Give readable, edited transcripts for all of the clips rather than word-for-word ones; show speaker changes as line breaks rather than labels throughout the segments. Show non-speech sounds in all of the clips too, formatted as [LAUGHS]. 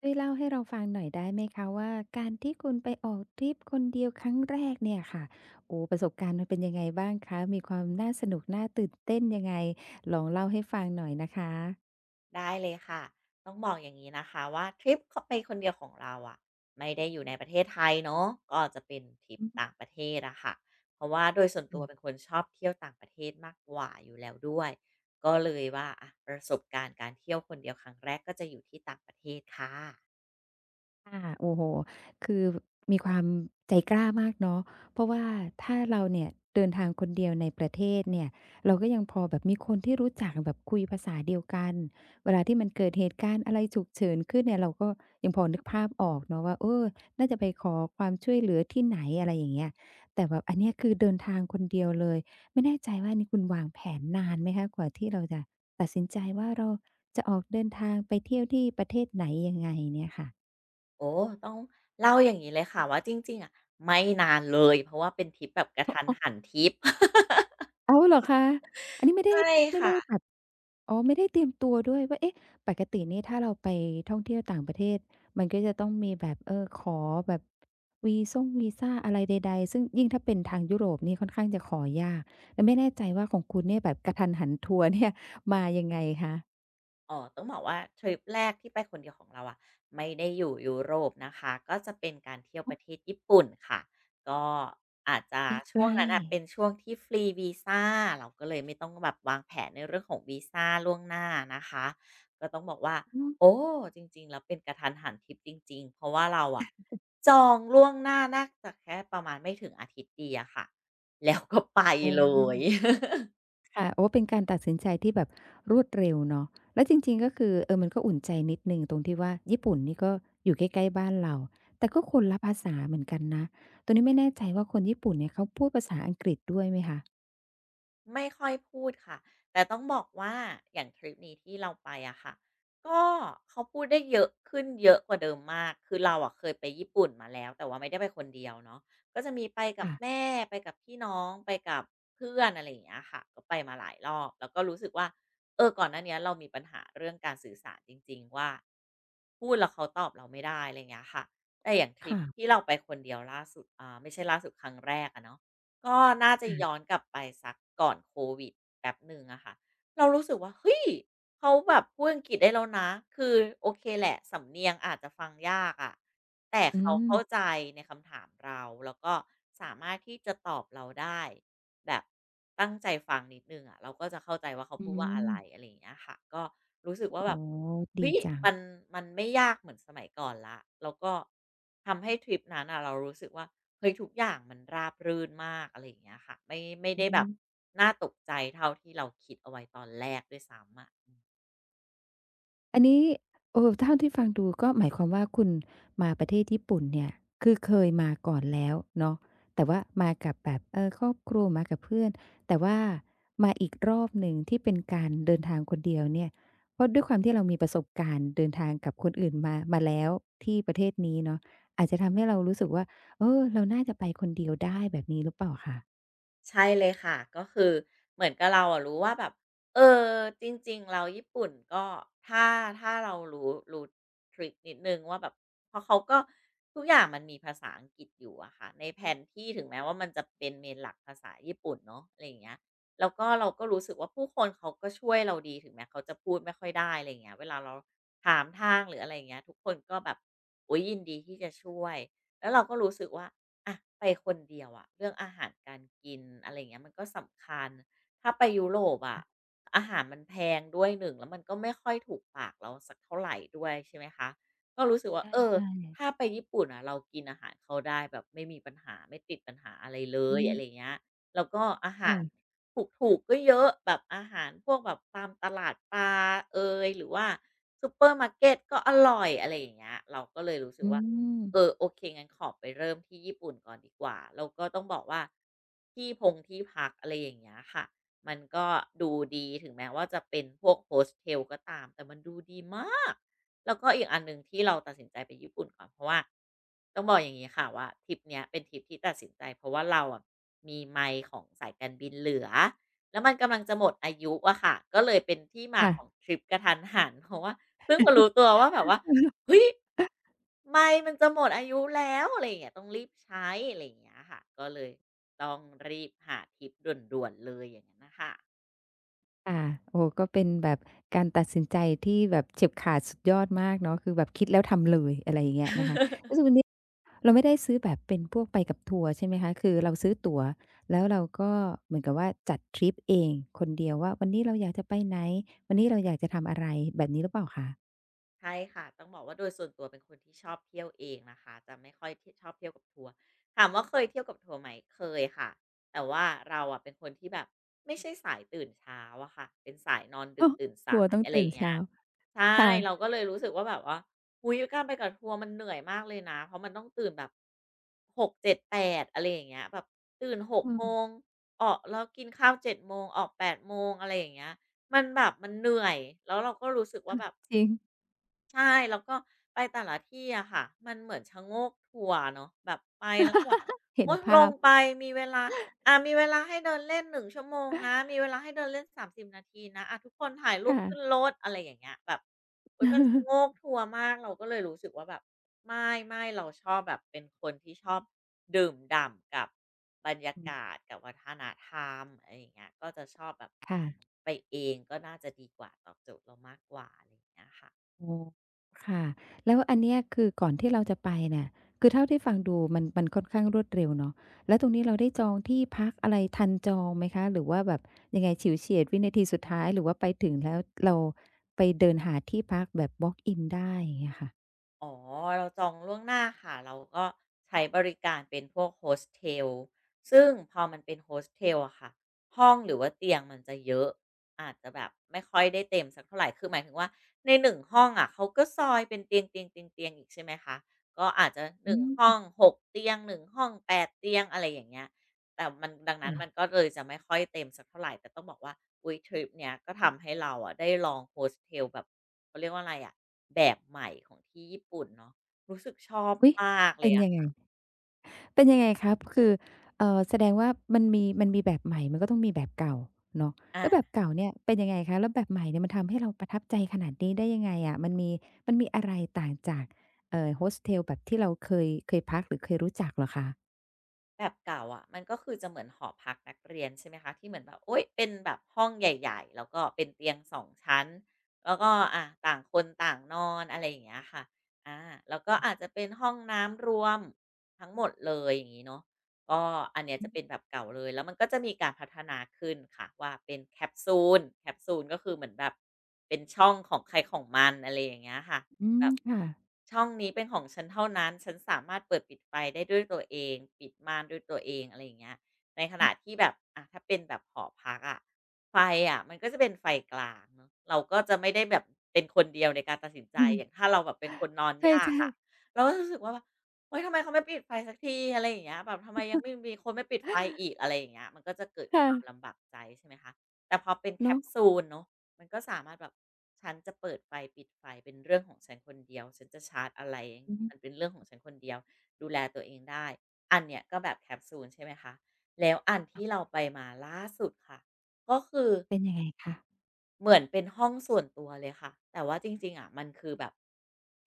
ช่วยเล่าให้เราฟังหน่อยได้ไหมคะว่าการที่คุณไปออกทริปคนเดียวครั้งแรกเนี่ยค่ะโอ้ประสบการณ์มันเป็นยังไงบ้างคะมีความน่าสนุกน่าตื่นเต้นยังไงลองเล่าให้ฟังหน่อยนะคะ
ได้เลยค่ะ ต้องบอกอย่างนี้นะคะว่าทริปไปคนเดียวของเราอะไม่ได้อยู่ในประเทศไทยเนาะก็จะเป็นทริป
อื
ต่าง
ม
ประเทศอะค่ะเพราะว่าโดยส่วนตัวเป็นคนชอบเที่ยวต่างประเทศมากกว่าอยู่แล้วด้วยก็เลยว่าอะประสบการณ์การเที่ยวคนเดียวครั้งแรกก็จะอยู่ที่ต่างประเทศค่ะ
ค่ะโอ้โฮคือมีความใจกล้ามากเนาะเพราะว่าถ้าเราเนี่ยเดินทางคนเดียวในประเทศเนี่ยเราก็ยังพอแบบมีคนที่รู้จักแบบคุยภาษาเดียวกันเวลาที่มันเกิดเหตุการณ์อะไรฉุกเฉินขึ้นเนี่ยเราก็ยังพอนึกภาพออกเนาะว่าเออน่าจะไปขอความช่วยเหลือที่ไหนอะไรอย่างเงี้ยแต่แบบอันเนี้ยคือเดินทางคนเดียวเลยไม่แน่ใจว่านี่คุณวางแผนนานไหมคะกว่าที่เราจะตัดสินใจว่าเราจะออกเดินทางไปเที่ยวที่ประเทศไหนยังไงเนี่ยค่ะ
โอ้ต้องเล่าอย่างนี้เลยค่ะว่าจริงๆอะไม่นานเลยเพราะว่าเป็นทริปแบบกระทันหันทริป
อ้าวเหรอคะ อันนี้ไม่
[LAUGHS]
ได้
ใช่
ไม่ได้แบ
ค่ะ
บอ๋อไม่ได้เตรียมตัวด้วยว่าเอ๊ะปกตินี่ถ้าเราไปท่องเที่ยวต่างประเทศมันก็จะต้องมีแบบเออขอแบบวีซ่งวีซาอะไรใดๆซึ่งยิ่งถ้าเป็นทางยุโรปนี่ค่อนข้างจะขอยากแล้วไม่แน่ใจว่าของคุณเนี่ยแบบกระทันหันทัวร์เนี่ยมายังไงคะ
อ๋อต้องบอกว่าทริปแรกที่ไปคนเดียวของเราอะไม่ได้อยู่ยุโรปนะคะก็จะเป็นการเที่ยว
อ๋
ป
อ
ระเทศญี่ปุ่นค่ะก็อาจจะ
ใก
ช่วง
ล้
นั้นน่ะเป็น
ๆ
ช่วงที่ฟรีวีซาเราก็เลยไม่ต้องแบบวางแผนในเรื่องของวีซาล่วงหน้านะคะก็ต้องบอกว่า
อืม
โอ้จริงๆแล้วเป็นกระทันหันทริปจริงๆเพราะว่าเราอะจองล่วงหน้าน่าจะแค่ประมาณไม่ถึงอาทิตย์เดียวค่ะแล้วก็ไป
อ๋
เลย
อ ค่ะโอ้เป็นการตัดสินใจที่แบบรวดเร็วเนาะแล้วจริงๆ ก็คือเออมันก็อุ่นใจนิดหนึ่งตรงที่ว่าญี่ปุ่นนี่ก็อยู่ใกล้ๆบ้านเรา แต่ก็คนละภาษาเหมือนกันนะตรงนี้ไม่แน่ใจว่าคนญี่ปุ่นเนี่ยเขาพูดภาษาอังกฤษด้วยไหมคะ
ไม่ค่อยพูดค่ะแต่ต้องบอกว่าอย่างทริปนี้ที่เราไปอะค่ะก็เขาพูดได้เยอะขึ้นเยอะกว่าเดิมมากคือเราอะเคยไปญี่ปุ่นมาแล้วแต่ว่าไม่ได้ไปคนเดียวเนาะก็จะมีไปกับ
ค่ะ
แม่ไปกับพี่น้องไปกับเพื่อนอะไรอย่างเงี้ยค่ะก็ไปมาหลายรอบแล้วก็รู้สึกว่าเออก่อนหน้าเนี้ยเรามีปัญหาเรื่องการสื่อสารจริงๆว่าพูดแล้วเขาตอบเราไม่ได้อะไรอย่างเงี้ยค่ะแต่อย่างทริป
ค่ะ
ที่เราไปคนเดียวล่าสุดไม่ใช่ล่าสุดครั้งแรกอะเนาะ ก็น่าจะย้อ
ค่ะ
นกลับไปสักก่อนโควิดแป๊บหนึ่งอะค่ะเรารู้สึกว่าเฮ้ยเขาแบบพูดอังกฤษได้แล้วนะคือโอเคแหละสำเนียงอาจจะฟังยากอะแต่
อื
เขาเข้าใจ
ม
ในคำถามเราแล้วก็สามารถที่จะตอบเราได้ แบบตั้งใจฟังนิดหนึ่งอะเราก็จะเข้าใจว่าเขา
อื
พูดว่าอะไรอะ
ม
ไรอย่างเงี้ยค่ะก็รู้สึกว่า
อ๋
แบ
อ
บ
ดี
เฮ้ย
จัง
มันมันไม่ยากเหมือนสมัยก่อนแล้วแล้วก็ทำให้ทริปนั้นน่ะเรารู้สึกว่าเฮ้ยทุกอย่างมันราบรื่นมากอะไรอย่างเงี้ยค่ะไม่
อื
ได้แบบ
ม
น่าตกใจเท่าที่เราคิดเอาไว้ตอนแรกด้วยซ้ำอะ
อันนี้โอ่เท่าที่ฟังดูก็หมายความว่าคุณมาประเทศญี่ปุ่นเนี่ยคือเคยมาก่อนแล้วเนาะแต่ว่ามากับแบบครอบครัวมากับเพื่อนแต่ว่ามาอีกรอบหนึ่งที่เป็นการเดินทางคนเดียวเนี่ยเพราะด้วยความที่เรามีประสบการณ์เดินทางกับคนอื่นมาแล้วที่ประเทศนี้เนาะอาจจะทำให้เรารู้สึกว่าเออเราน่าจะไปคนเดียวได้แบบนี้หรือเปล่าคะ
ใช่เลยค่ะก็คือเหมือนกับเราอะรู้ว่าแบบเออจริงๆเราญี่ปุ่นก็ถ้าถ้าเรารู้ทริกนิดนึงว่าแบบเพราะเขาก็ทุกอย่างมันมีภาษาอังกฤษอยู่อะค่ะในแผนที่ถึงแม้ว่ามันจะเป็นเมนหลักภาษาญี่ปุ่นเนาะอะไรอย่างเงี้ยแล้วก็เราก็รู้สึกว่าผู้คนเขาก็ช่วยเราดีถึงแม้เขาจะพูดไม่ค่อยได้อะไรอย่างเงี้ยเวลาเราถามทางหรืออะไรอย่างเงี้ยทุกคนก็แบบโอ้ยยินดีที่จะช่วยแล้วเราก็รู้สึกว่า อะไปคนเดียวอะเรื่องอาหารการกินอะไรอย่างเงี้ยมันก็สำคัญถ้าไปยุโรปอะอาหารมันแพงด้วยหนึ่งแล้วมันก็ไม่ค่อยถูกปากเราสักเท่าไหร่ด้วยใช่ไหมคะก็รู้สึก
ใ
ว่าเออ
ช่
ถ้า
ๆ
ไปญี่ปุ่นอะเรากินอาหารเขาได้แบบไม่มีปัญหาไม่ติดปัญหาอะไรเล
อื
ย
ม
อะไรย่างเงี้ยแล้วก็อาหา
ค่ะ
รถูกๆก็เยอะแบบอาหารพวกแบบตามตลาดปลาเอยหรือว่าซูเปอร์มาร์เกตก็อร่อยอะไรอย่างเงี้ยเราก็เลยรู้สึก
อื
ว่า
ม
เออโอเคงั้นขอไปเริ่มที่ญี่ปุ่นก่อนดีกว่าแล้วก็ต้องบอกว่าที่พงที่พักอะไรอย่างเงี้ยค่ะมันก็ดูดีถึงแม้ว่าจะเป็นพวก Hostel ก็ตามแต่มันดูดีมากแล้วก็อีกอันหนึ่งที่เราตัดสินใจไปญี่ปุ่นก่อนเพราะว่าต้องบอกอย่างงี้ค่ะว่าทริปเนี้ยเป็นทริปที่ตัดสินใจเพราะว่าเราอะมีไมล์ของสายการบินเหลือแล้วมันกำลังจะหมดอายุอะค่ะก็เลยเป็นที่มา
ค่ะ
ของทริปกะทันหันเพราะว่าเพิ่งมารู้ตัวว่าแบบว่าเฮ้ย ไม่มันจะหมดอายุแล้วอะไรอย่างเงี้ยต้องรีบใช้อะไรอย่างเงี้ยค่ะก็เลยต้องรีบหาทริปด่วนๆเลยอย่างนั้นน่ะค่ะ
ค่ะโอ้โฮก็เป็นแบบการตัดสินใจที่แบบเฉียบขาดสุดยอดมากเนาะคือแบบคิดแล้วทำเลยอะไรอย่างเงี้ยนะคะก็คือวั
[LAUGHS]
นนี้เราไม่ได้ซื้อแบบเป็นพวกไปกับทัวร์ใช่ไหมคะคือเราซื้อตั๋วแล้วเราก็เหมือนกับว่าจัดทริปเองคนเดียวว่าวันนี้เราอยากจะไปไหนวันนี้เราอยากจะทำอะไรแบบนี้หรือเปล่าคะ
ใช่ค่ะต้องบอกว่าโดยส่วนตัวเป็นคนที่ชอบเที่ยวเองนะคะจะไม่ค่อยที่ชอบเที่ยวกับทัวร์ถามว่าเคยเที่ยวกับทัวร์ไหมเคยค่ะแต่ว่าเราอะเป็นคนที่แบบไม่ใช่สายตื่นเช้าอะค่ะเป็นสายนอน
เอ
ดึก
อ
ตื่น
ทั
สา
วร์
ย
ต้อง
อะไรอ
ตื่น
ย่างเงี้ย
เช้า
ใช่
ค่ะ
เราก็เลยรู้สึกว่าอุ๊ยการไปกับทัวร์มันเหนื่อยมากเลยนะเพราะมันต้องตื่นแบบหกเจ็ดแ7 8อะไรอย่างเงี้ยแบบตื่นหก
อืม
โมงออกแล้วกินข้าว7โมงออกแปดโมงอะไรอย่างเงี้ยมันแบบมันเหนื่อยแล้วเราก็รู้สึกว่าแบบ
จริง
ใช่แล้วก็ไปแต่ละที่อะค่ะมันเหมือนชะโงกทัวร์เนาะแบบไปแล้วก็แบบ
[LAUGHS] เห็
โอ๊
น
ยล
ภา
ง
พ
ไปมีเวลามีเวลาให้เดินเล่น1ชั่วโมงนะมีเวลาให้เดินเล่น30นาทีนะทุกคนถ่ายรูปขึ้น
ค่ะ
รถอะไรอย่างเงี้ยแบบอุ๊ยมันชะโงกทัวร์มากเราก็เลยรู้สึกว่าแบบไม่ๆเราชอบแบบเป็นคนที่ชอบดื่มด่ำกับบรรยา
อืม
กาศกับวัฒนธรรมอะไรอย่างเงี้ยก็จะชอบแบบ
ค่ะ
ไปเองก็น่าจะดีกว่าตอบโจทย์เรามากกว่าอะไรอย่างเงี้ยค่ะ
อ๋อค่ะแล้วอันเนี้ยคือก่อนที่เราจะไปเนี่ยคือเท่าที่ฟังดูมันค่อนข้างรวดเร็วเนาะแล้วตรงนี้เราได้จองที่พักอะไรทันจองไหมคะหรือว่าแบบยังไงฉิวเฉียดวินาทีสุดท้ายหรือว่าไปถึงแล้วเราไปเดินหาที่พักแบบ walk in ได้อย่างเงี้ยค่ะ
อ๋อเราจองล่วงหน้าค่ะเราก็ใช้บริการเป็นพวก Hostel ซึ่งพอมันเป็น h o s t ทลอะค่ะห้องหรือว่าเตียงมันจะเยอะอาจจะแบบไม่ค่อยได้เต็มสักเท่าไหรคือหมายถึงว่าในหนึ่งห้องอะเขาก็ซอยเป็นเตียงๆๆๆอีกใช่ไหมคะก็อาจจะห
อื
นึ่งห้อ
ม
งหกเตียงหนึ่งห้องแปดเตียงอะไรอย่างเงี้ย แต่มันดังนั้นมันก็
ค่ะ
เลยจะไม่ค่อยเต็มสักเท่าไหร่แต่ต้องบอกว่าอุ๊ยทริปเนี้ยก็ทำให้เราอะได้ลองโฮสเทลแบบเขาเรียกว่าอะไรอะแบบใหม่ของที่ญี่ปุ่นเนาะรู้สึกชอบ
อุ๊ย
มากเล
เป็
ย
น
อะ
ยังไง เป็นยังไงครับคือแสดงว่ามันมีแบบใหม่ มันก็ต้องมีแบบเก่าเนาะแล้วแบบ
อา
เก่าเนี่ยเป็นยังไงคะแล้วแบบใหม่เนี่ยมันทำให้เราประทับใจขนาดนี้ได้ยังไงอะมันมีอะไรต่างจากโฮสเทลแบบที่เราเคยพักหรือเคยรู้จักเหรอคะ
แบบเก่าอ่ะมันก็คือจะเหมือนหอพักนักเรียนใช่ไหมคะที่เหมือนแบบโอ๊ยเป็นแบบห้องใหญ่ๆแล้วก็เป็นเตียงสองชั้นแล้วก็อะต่างคนต่างนอนอะไรอย่างเงี้ยค่ะอาแล้วก็อาจจะเป็นห้องน้ำรวมทั้งหมดเลยอย่างงี้เนาะก็อันเนี้ยจะเป็นแบบเก่าเลยแล้วมันก็จะมีการพัฒนาขึ้นค่ะว่าเป็นแคปซูลแคปซูลก็คือเหมือนแบบเป็นช่องของใครของมันอะไรอย่างเงี้ยค่ะ
อื
แบ
ม
บ
ค่ะ
ช่องนี้เป็นของฉันเท่านั้นฉันสามารถเปิดปิดไฟได้ด้วยตัวเองปิดม่านด้วยตัวเองอะไรอย่างเงี้ยในขณะที่แบบอะถ้าเป็นแบบหอพักอะไฟอะมันก็จะเป็นไฟกลางเนาะเราก็จะไม่ได้แบบเป็นคนเดียวในการตัดสินใจ
[LAUGHS] อืม
อย่างถ้าเราแบบเป็นคนนอน
ใ
ยากอะ
ช่
เราก็จะรู้สึกว่าแบบโอ๊ยทำไมเขาไม่ปิดไฟสักทีอะไรอย่างเงี้ยแบบทำไมยังไม่มีคนไม่ปิดไฟอีกอะไรอย่างเงี้ยมันก็จะเกิด
ๆ
ความ
ค่ะ
ลำบากใจใช่ไหมคะแต่พอเป็นแคป
เนาะ
ซูลเนาะ มันก็สามารถแบบฉันจะเปิดไฟปิดไฟเป็นเรื่องของฉันคนเดียวฉันจะชาร์จอะไร
อืม
มันเป็นเรื่องของฉันคนเดียวดูแลตัวเองได้อันเนี้ยก็แบบแคปซูลใช่ไหมคะแล้วอัน
ค่ะ
ที่เราไปมาล่าสุดค่ะก็คือ
เป็นยังไงคะ
เหมือนเป็นห้องส่วนตัวเลยค่ะแต่ว่าจริงๆอะมันคือแบบ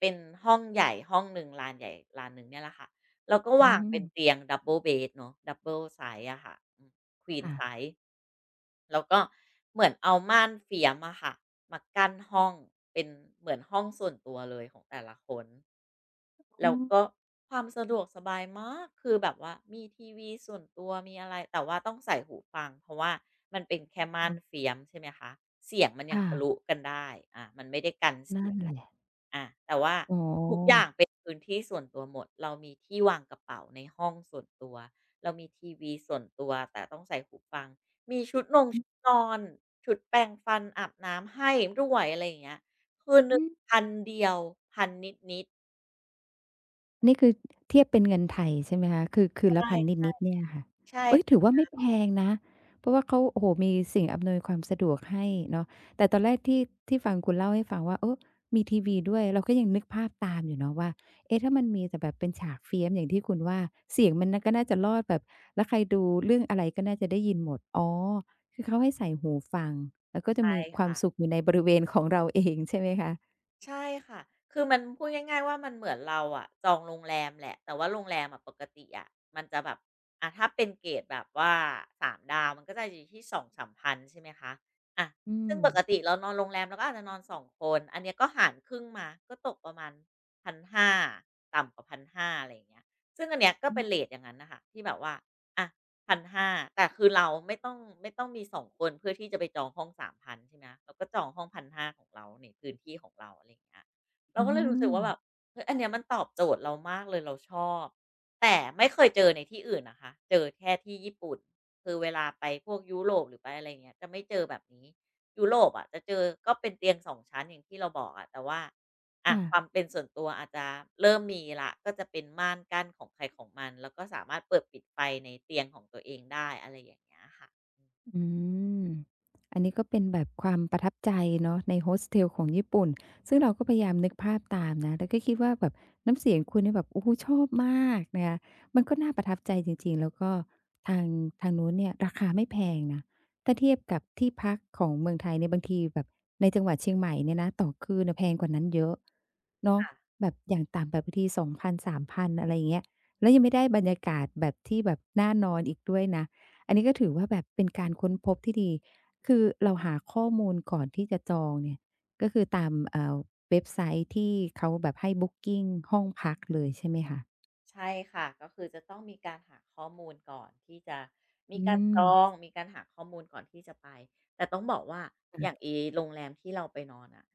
เป็นห้องใหญ่ห้องหนึ่งลานใหญ่ลานหนึ่งเนี่ยแหละค่ะแล้วก็
อื
วาง
ม
เป็นเตียง Double bed เนาะ Double size อะค่ะอืม Queen
ค่ะ
size แล้วก็เหมือนเอาม่านเฟียมอะค่ะมากั้นห้องเป็นเหมือนห้องส่วนตัวเลยของแต่ละคน
อ๋
แล้
อ
วก็ความสะดวกสบายมากคือแบบว่ามีทีวีส่วนตัวมีอะไรแต่ว่าต้องใส่หูฟังเพราะว่ามันเป็นแค่ม่านเฟียมใช่ไหมคะเสียงมันยังทะลุ
ค่ะ
กันได้มันไม่ได้กันเสี
นั่
ย
น
ง
แหละ
แต่ว่า
อ๋อ
ทุกอย่างเป็นพื้นที่ส่วนตัวหมดเรามีที่วางกระเป๋าในห้องส่วนตัวเรามีทีวีส่วนตัวแต่ต้องใส่หูฟังมี
อือ
ชุดนอนชุดแปรงฟันอาบน้ำให้ด้วยอะไรอย่างเงี้ยคืนหนึ่
ฮึ
งพันเดียว1 0 0นิด
นี่คือเทียบเป็นเงินไทยใช่ไหมคะคือ
ๆ
คื
ใช
นละพัน
่
นิดๆเนี่ยค่ะ
ใช่
เฮ้ย
ค่ะ
ถือว่าไม่แพงนะ เพราะว่าเขาโอ้โฮมีสิ่งอำนวยความสะดวกให้เนาะแต่ตอนแรกที่ฟังคุณเล่าให้ฟังว่า เออมีทีวีด้วยเราก็ยังนึกภาพตามอยู่เนาะว่าเอ๊ะถ้ามันมีแต่แบบเป็นฉากเฟี้ยมอย่างที่คุณว่า เสียงมันน่ะก็น่าจะรอดแบบแล้วใครดูเรื่องอะไรก็น่าจะได้ยินหมดอ๋อคือเขาให้ใส่หูฟังแล้วก็จะ
ใช่
มีความสุข
ค่ะ
อยู่ในบริเวณของเราเองใช่ไหมคะ
ใช่ค่ะคือมันพูดง่ายๆว่ามันเหมือนเราอะจองโรงแรมแหละ แต่ว่าโรงแรมอะปกติอะมันจะแบบอ่ะถ้าเป็นเกรดแบบว่าสามดาวมันก็จะอยู่ที่สองสามพันใช่ไหมคะอะ
อื
ซึ่
ม
งปกติเรานอนโรงแรมเราก็อาจจะนอนสองคน อันเนี้ยก็หารครึ่งมา ก็ตกประมาณ1,500ต่ำกว่า1,500อะไรอย่างเงี้ยซึ่งอันเนี้ยก็
อื
เป็น
อ
เรตอย่างนั้นน่ะค่ะที่แบบว่าอะ พันห้าแต่คือเราไม่ต้องมีสองคนเพื่อที่จะไปจองห้องสามพันใช่ไหมเราก็จองห้องพัน5้าของเราในพื้นที่ของเราอะไรอย่างเงี้ยเรา
อ๋
ก็เลยรู้สึกว่าแบ
อ
บเฮ้ยอันเนี้ยมันตอบโจทย์เรามากเลยเราชอบแต่ไม่เคยเจอในที่อื่นนะคะเจอแค่ที่ญี่ปุ่นคือเวลาไปพวกยุโรปหรือไปอะไรเงี้ยจะไม่เจอแบบนี้ยุโรปอะจะเจอก็เป็นเตียงสองชั้นอย่างที่เราบอกอะแต่ว่า อะ
ค่ะ
ความเป็นส่วนตัวอาจจะเริ่มมีละก็จะเป็นม่านกั้นของใครของมันแล้วก็สามารถเปิดปิดไฟในเตียงของตัวเองได้อะไรอย่างเงี้ยค่ะ
อืม อันนี้ก็เป็นแบบความประทับใจเนาะในโฮสเทลของญี่ปุ่น ซึ่งเราก็พยายามนึกภาพตามนะ แล้วก็คิดว่าแบบน้ำเสียงคุณเนี่ยแบบโอ้โฮชอบมากนะคะมันก็น่าประทับใจจริงๆ แล้วก็ทางนู้นเนี่ยราคาไม่แพงนะถ้าเทียบกับที่พักของเมืองไทยเนี่ยบางทีแบบในจังหวัดเชียงใหม่เนี่ยนะต่อคืนน่ะแพงกว่านั้นเยอะเนาะ
ค่ะ
แบบอย่างต่ำแบบบางที2,000 3,000อะไรอย่างเงี้ยแล้วยังไม่ได้บรรยากาศแบบที่แบบน่านอนอีกด้วยนะ อันนี้ก็ถือว่าแบบเป็นการค้นพบที่ดี คือเราหาข้อมูลก่อนที่จะจองเนี่ยก็คือตามเว็บไซต์ที่เขาแบบให้ Booking ห้องพักเลยใช่ไหมคะ
ใช่ค่ะก็คือจะต้องมีการหาข้อมูลก่อนที่จะมี
อื
การจ
ม
องมีการหาข้อมูลก่อนที่จะไปแต่ต้องบอกว่าอย่าง
ค่ะ
ไอีโรงแรมที่เราไปนอนน่ะ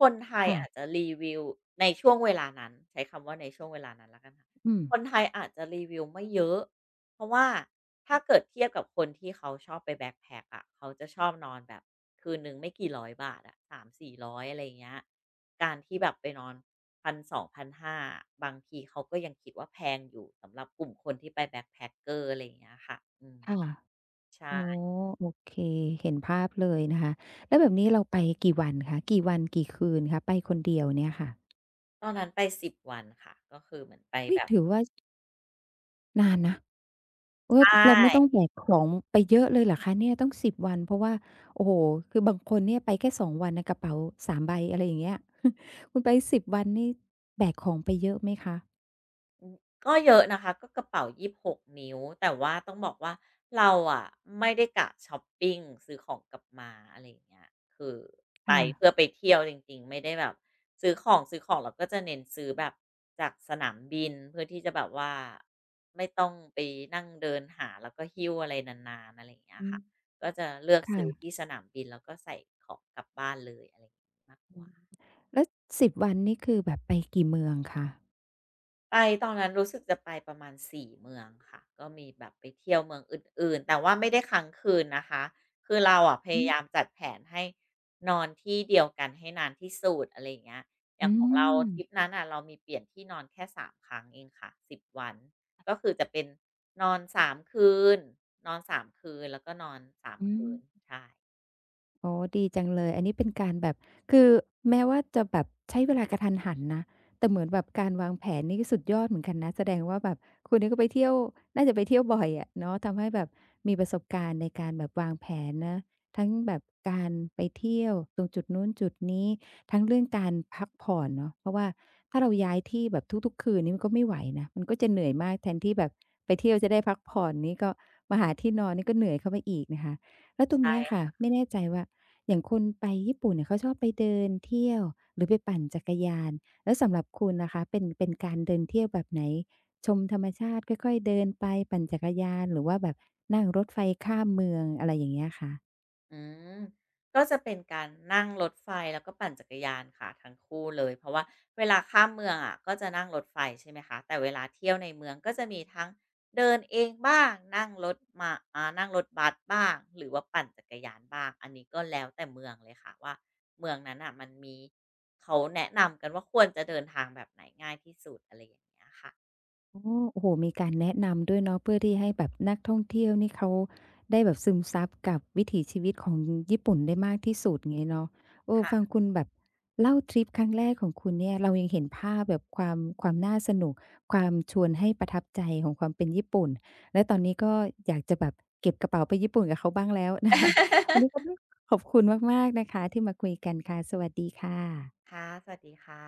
คนไทย
ค่ะ
อาจจะรีวิวในช่วงเวลานั้นใช้คำว่าในช่วงเวลานั้นแล้วกันค่ะ
อืม
คนไทยอาจจะรีวิวไม่เยอะ เพราะว่าถ้าเกิดเทียบกับคนที่เขาชอบไปแบ็กแพ็กอะเขาจะชอบนอนแบบคืนหนึ่งไม่กี่ร้อยบาทอะสาม4 0 0อะไรอะไรเงี้ยการที่แบบไปนอนพนสองพัน5 0 0บางทีเขาก็ยังคิดว่าแพงอยู่สำหรับกลุ่มคนที่ไปแบ็กแพ็กเกอร์อะไรอย่างเงี้ยค่ะอืม
ค่ะอ๋อ
ใช่
โอเค เห็นภาพเลยนะคะ แล้วแบบนี้เราไปกี่วันคะกี่วันกี่คืนคะไปคนเดียวเนี่ยค่ะ
ตอนนั้นไป10วันค่ะก็คือเหมือนไป
อุ๊ย
แบบ
ถือว่านานนะ เอ
ใช
อเราไม่ต้อง
่
แบกของไปเยอะเลยเหรอคะเนี่ยต้อง10วันเพราะว่าโอ้โฮคือบางคนเนี่ยไปแค่2วันนะกระเป๋า3ใบอะไรอย่างเงี้ย [LAUGHS] คุณไป10วันนี่แบกของไปเยอะไหมคะ
ก็เยอะนะคะก็กระเป๋ายี่สิบหกนิ้วแต่ว่าต้องบอกว่าเราอะไม่ได้กะชอปปิงซื้อของกลับมาอะไรอย่างเงี้ยคือไป
ค่ะ
เพื่อไปเที่ยวจริงๆไม่ได้แบบซื้อของเราก็จะเน้นซื้อแบบจากสนามบินเพื่อที่จะแบบว่าไม่ต้องไปนั่งเดินหาแล้วก็หิ้วอะไรนานๆอะไรอย่างเงี้ย
อื
ค่ะ
ม
ก็จะเลือกซื้อ
ค่ะ
ที่สนามบินแล้วก็ใส่ของกลับบ้านเลยอะไรอย่างงี้มากก
อืม
ว่า
แล้ว10วันนี่คือแบบไปกี่เมืองคะ
ไปตอนนั้นรู้สึกจะไปประมาณสี่เมืองค่ะก็มีแบบไปเที่ยวเมืองอื่นๆแต่ว่าไม่ได้ค้างคืนนะคะคือเราอะพ
อื
ยายาม
ม
จัดแผนให้นอนที่เดียวกันให้นานที่สุดอะไรอย่างเงี้ยอย่า
อื
งของเรา
ม
ทริปนั้นน่ะเรามีเปลี่ยนที่นอนแค่สามครั้งเองค่ะสิบวันก็คือจะเป็นนอนสามคืนนอนสามคืนแล้วก็นอนสาม
อื
คืน
ม
ใช่
โอ๋ดีจังเลยอันนี้เป็นการแบบคือแม้ว่าจะแบบใช้เวลากะทันหันนะแต่เหมือนแบบการวางแผนนี่ก็สุดยอดเหมือนกันนะแสดงว่าแบบคุณนี่ก็ไปเที่ยวน่าจะไปเที่ยวบ่อยอะเนาะทำให้แบบมีประสบการณ์ในการแบบวางแผนนะทั้งแบบการไปเที่ยวตรงจุดนู้นจุดนี้ทั้งเรื่องการพักผ่อนเนาะเพราะว่าถ้าเราย้ายที่แบบทุกๆคืนนี่มันก็ไม่ไหวนะมันก็จะเหนื่อยมากแทนที่แบบไปเที่ยวจะได้พักผ่อนนี่ก็มาหาที่นอนนี่ก็เหนื่อยเข้าไปอีกนะคะแล้วตร
ใ
งเนี้ยค่ะ
ช่
ไม่แน่ใจว่า อย่างคนไปญี่ปุ่นเนี่ยเขาชอบไปเดินเที่ยวหรือไปปั่นจักรยานแล้วสำหรับคุณนะคะเป็นการเดินเที่ยวแบบไหนชมธรรมชาติค่อยๆเดินไปปั่นจักรยานหรือว่าแบบนั่งรถไฟข้ามเมืองอะไรอย่างเงี้ยคะ
อืมก็จะเป็นการนั่งรถไฟแล้วก็ปั่นจักรยานค่ะทั้งคู่เลยเพราะว่าเวลาข้ามเมืองอะก็จะนั่งรถไฟใช่ไหมคะแต่เวลาเที่ยวในเมืองก็จะมีทั้งเดินเองบ้างนั่งรถมาอ่านั่งรถบัสบ้างหรือว่าปั่นจักรยานบ้างอันนี้ก็แล้วแต่เมืองเลยค่ะว่าเมืองนั้นอ่ะมันมีเขาแนะนำกันว่าควรจะเดินทางแบบไหนง่ายที่สุดอะไรอย่างเงี้ยค่ะ
อ๋อโอ้โฮมีการแนะนำด้วยเนาะเพื่อที่ให้แบบนักท่องเที่ยวนี่เขาได้แบบซึมซับกับวิถีชีวิตของญี่ปุ่นได้มากที่สุดอย่างงี้เนาะเออฟัง
ค่ะ
คุณแบบเล่าทริปครั้งแรกของคุณเนี่ยเรายังเห็นภาพแบบความน่าสนุกความชวนให้ประทับใจของความเป็นญี่ปุ่นและตอนนี้ก็อยากจะแบบเก็บกระเป๋าไปญี่ปุ่นกับเขาบ้างแล้ว [LAUGHS] นะคะวันนี้ก็ต้องขอบคุณมากๆนะคะที่มาคุยกันค่ะสวัสดีค่ะ
ค่ะสวัสดีค่ะ